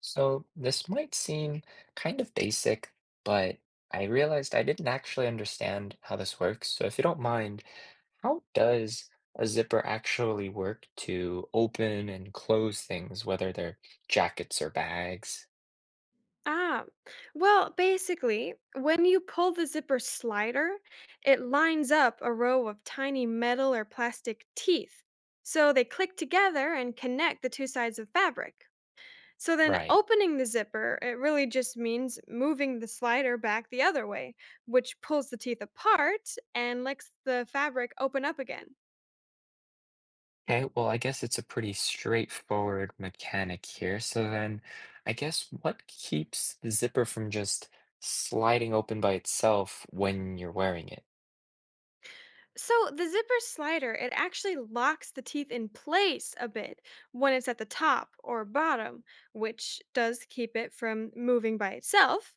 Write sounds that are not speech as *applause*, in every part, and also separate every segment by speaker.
Speaker 1: So this might seem kind of basic, but I realized I didn't actually understand how this works. So if you don't mind, how does a zipper actually work to open and close things, whether they're jackets or bags?
Speaker 2: Ah, well, basically, when you pull the zipper slider, it lines up a row of tiny metal or plastic teeth. So they click together and connect the two sides of fabric. So then
Speaker 1: Right.
Speaker 2: opening the zipper, it really just means moving the slider back the other way, which pulls the teeth apart and lets the fabric open up again.
Speaker 1: Okay, well, I guess it's a pretty straightforward mechanic here. So then, I guess what keeps the zipper from just sliding open by itself when you're wearing it?
Speaker 2: So the zipper slider, it actually locks the teeth in place a bit when it's at the top or bottom, which does keep it from moving by itself.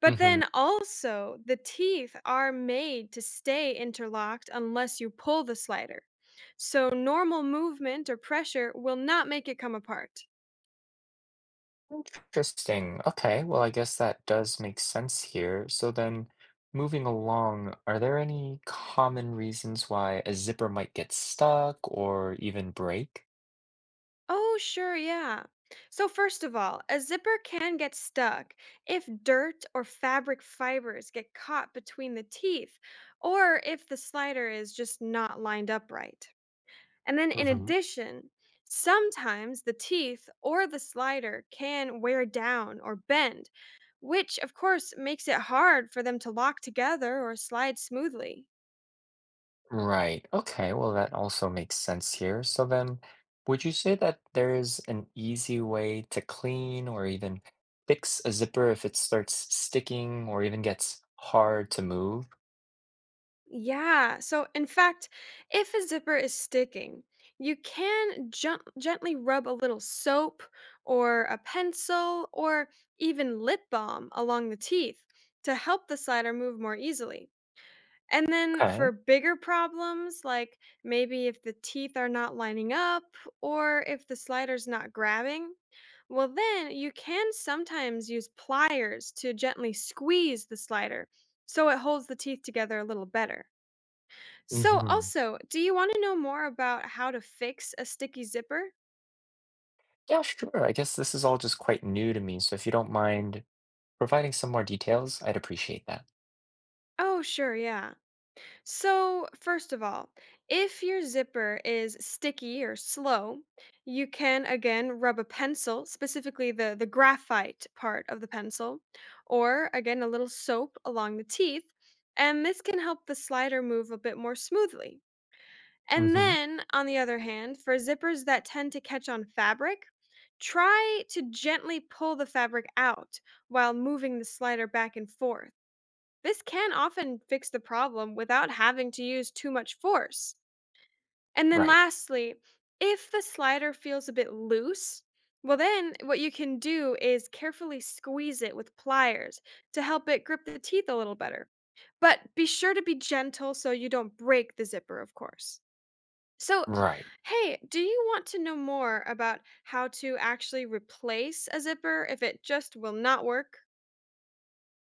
Speaker 2: But
Speaker 1: Mm-hmm.
Speaker 2: then also, the teeth are made to stay interlocked unless you pull the slider. So normal movement or pressure will not make it come apart.
Speaker 1: Interesting. Okay. Well, I guess that does make sense here. So then, moving along, are there any common reasons why a zipper might get stuck or even break?
Speaker 2: Oh, sure, yeah. So, first of all, a zipper can get stuck if dirt or fabric fibers get caught between the teeth, or if the slider is just not lined up right. And then, in
Speaker 1: Hmm.
Speaker 2: addition, sometimes the teeth or the slider can wear down or bend, which, of course, makes it hard for them to lock together or slide smoothly.
Speaker 1: Right. Okay. Well, that also makes sense here. So then, would you say that there is an easy way to clean or even fix a zipper if it starts sticking or even gets hard to move?
Speaker 2: Yeah. So, in fact, if a zipper is sticking, you can gently rub a little soap or a pencil or even lip balm along the teeth to help the slider move more easily. And then
Speaker 1: Okay.
Speaker 2: for bigger problems, like maybe if the teeth are not lining up or if the slider's not grabbing, well, then you can sometimes use pliers to gently squeeze the slider so it holds the teeth together a little better. So,
Speaker 1: Hmm.
Speaker 2: also, do you want to know more about how to fix a sticky zipper?
Speaker 1: Yeah, sure. I guess this is all just quite new to me. So if you don't mind providing some more details, I'd appreciate that.
Speaker 2: Oh, sure, yeah. So, first of all, if your zipper is sticky or slow, you can again rub a pencil, specifically the graphite part of the pencil, or again a little soap along the teeth, and this can help the slider move a bit more smoothly. And
Speaker 1: Hmm.
Speaker 2: then, on the other hand, for zippers that tend to catch on fabric, try to gently pull the fabric out while moving the slider back and forth. This can often fix the problem without having to use too much force. And then,
Speaker 1: Right.
Speaker 2: lastly, if the slider feels a bit loose, well, then what you can do is carefully squeeze it with pliers to help it grip the teeth a little better. But be sure to be gentle so you don't break the zipper, of course. So,
Speaker 1: Right.
Speaker 2: hey, do you want to know more about how to actually replace a zipper if it just will not work?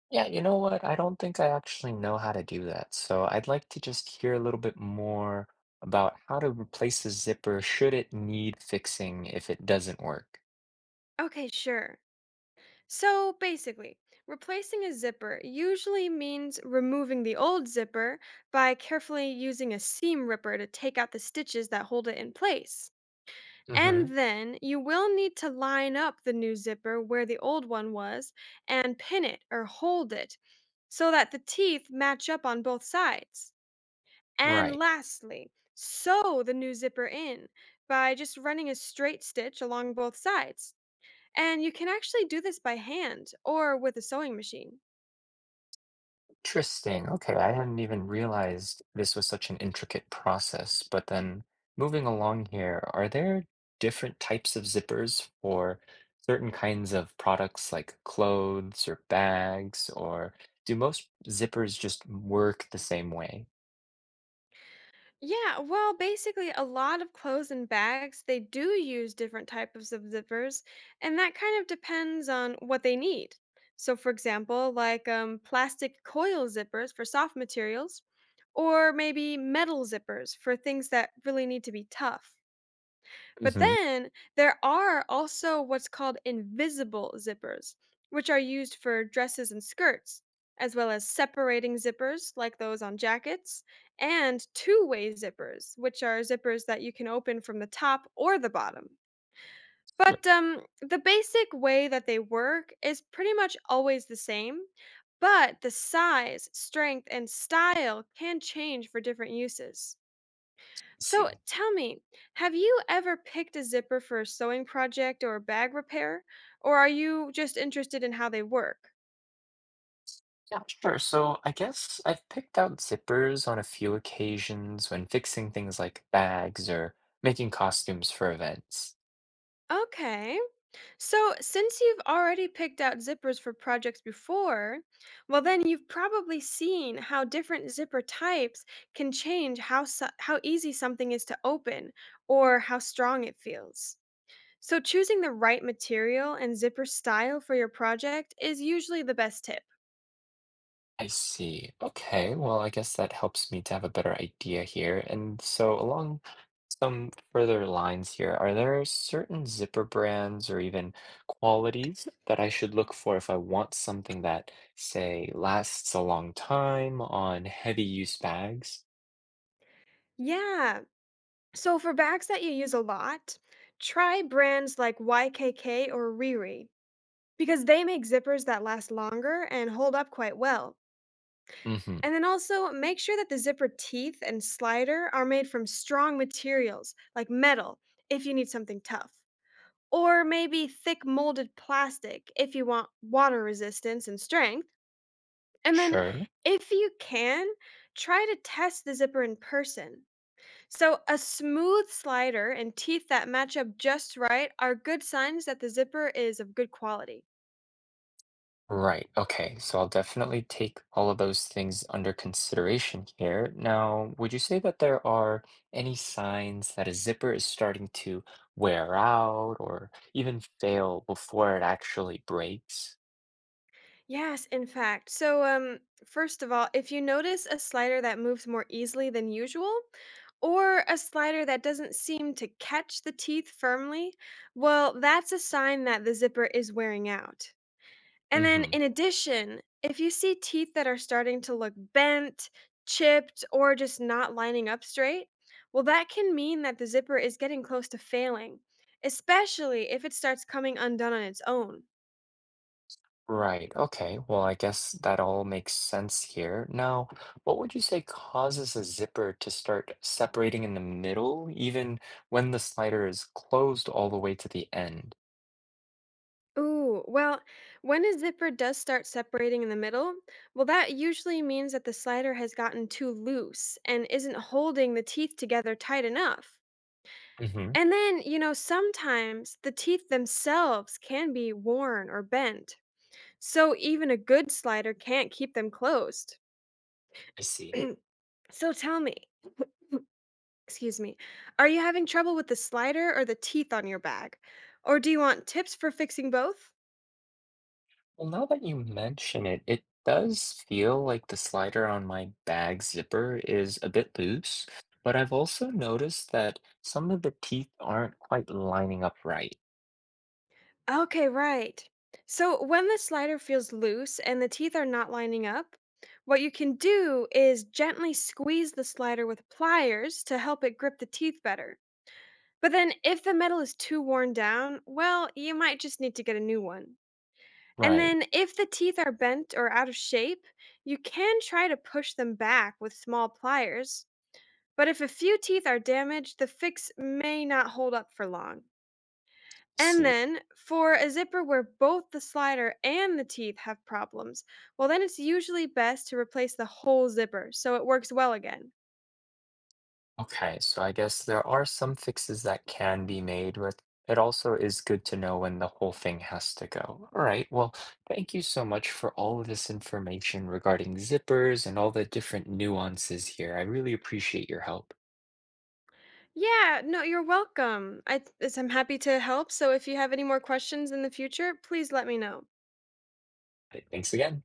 Speaker 1: Yeah, you know what? I don't think I actually know how to do that. So I'd like to just hear a little bit more about how to replace the zipper should it need fixing if it doesn't work.
Speaker 2: Okay, sure. So, basically, replacing a zipper usually means removing the old zipper by carefully using a seam ripper to take out the stitches that hold it in place.
Speaker 1: Hmm.
Speaker 2: And then you will need to line up the new zipper where the old one was and pin it or hold it so that the teeth match up on both sides. And
Speaker 1: Right.
Speaker 2: lastly, sew the new zipper in by just running a straight stitch along both sides. And you can actually do this by hand or with a sewing machine.
Speaker 1: Interesting. Okay, I hadn't even realized this was such an intricate process. But then moving along here, are there different types of zippers for certain kinds of products like clothes or bags, or do most zippers just work the same way?
Speaker 2: Yeah, well, basically a lot of clothes and bags, they do use different types of zippers, and that kind of depends on what they need. So for example, like plastic coil zippers for soft materials, or maybe metal zippers for things that really need to be tough. But
Speaker 1: Hmm.
Speaker 2: then there are also what's called invisible zippers, which are used for dresses and skirts, as well as separating zippers like those on jackets, and two-way zippers, which are zippers that you can open from the top or the bottom. But the basic way that they work is pretty much always the same, but the size, strength, and style can change for different uses. So
Speaker 1: See.
Speaker 2: tell me, have you ever picked a zipper for a sewing project or a bag repair? Or are you just interested in how they work?
Speaker 1: Yeah, sure. So I guess I've picked out zippers on a few occasions when fixing things like bags or making costumes for events.
Speaker 2: Okay. So since you've already picked out zippers for projects before, well, then you've probably seen how different zipper types can change how easy something is to open or how strong it feels. So choosing the right material and zipper style for your project is usually the best tip.
Speaker 1: I see. Okay. Well, I guess that helps me to have a better idea here. And so, along some further lines here, are there certain zipper brands or even qualities that I should look for if I want something that, say, lasts a long time on heavy use bags?
Speaker 2: Yeah, so for bags that you use a lot, try brands like YKK or Riri because they make zippers that last longer and hold up quite well.
Speaker 1: Mm-hmm.
Speaker 2: And then also make sure that the zipper teeth and slider are made from strong materials like metal if you need something tough, or maybe thick molded plastic if you want water resistance and strength. And then
Speaker 1: Sure.
Speaker 2: if you can, try to test the zipper in person. So a smooth slider and teeth that match up just right are good signs that the zipper is of good quality.
Speaker 1: Right. Okay. So I'll definitely take all of those things under consideration here. Now, would you say that there are any signs that a zipper is starting to wear out or even fail before it actually breaks?
Speaker 2: Yes, in fact. So, first of all, if you notice a slider that moves more easily than usual, or a slider that doesn't seem to catch the teeth firmly, well, that's a sign that the zipper is wearing out. And then
Speaker 1: Mm-hmm.
Speaker 2: in addition, if you see teeth that are starting to look bent, chipped, or just not lining up straight, well, that can mean that the zipper is getting close to failing, especially if it starts coming undone on its own.
Speaker 1: Right. Okay. Well, I guess that all makes sense here. Now, what would you say causes a zipper to start separating in the middle, even when the slider is closed all the way to the end?
Speaker 2: Ooh, well, when a zipper does start separating in the middle, well, that usually means that the slider has gotten too loose and isn't holding the teeth together tight enough.
Speaker 1: Mm-hmm.
Speaker 2: And then, you know, sometimes the teeth themselves can be worn or bent. So even a good slider can't keep them closed.
Speaker 1: I see.
Speaker 2: *clears throat* So tell me, excuse me, are you having trouble with the slider or the teeth on your bag? Or do you want tips for fixing both?
Speaker 1: Well, now that you mention it, it does feel like the slider on my bag zipper is a bit loose, but I've also noticed that some of the teeth aren't quite lining up right.
Speaker 2: Okay, right. So when the slider feels loose and the teeth are not lining up, what you can do is gently squeeze the slider with pliers to help it grip the teeth better. But then, if the metal is too worn down, well, you might just need to get a new one. And
Speaker 1: Right.
Speaker 2: then if the teeth are bent or out of shape, you can try to push them back with small pliers. But if a few teeth are damaged, the fix may not hold up for long. And
Speaker 1: See.
Speaker 2: then for a zipper where both the slider and the teeth have problems, well, then it's usually best to replace the whole zipper so it works well again.
Speaker 1: Okay, so I guess there are some fixes that can be made, but it also is good to know when the whole thing has to go. All right. Well, thank you so much for all of this information regarding zippers and all the different nuances here. I really appreciate your help.
Speaker 2: Yeah, no, you're welcome. I'm happy to help. So if you have any more questions in the future, please let me know.
Speaker 1: Thanks again.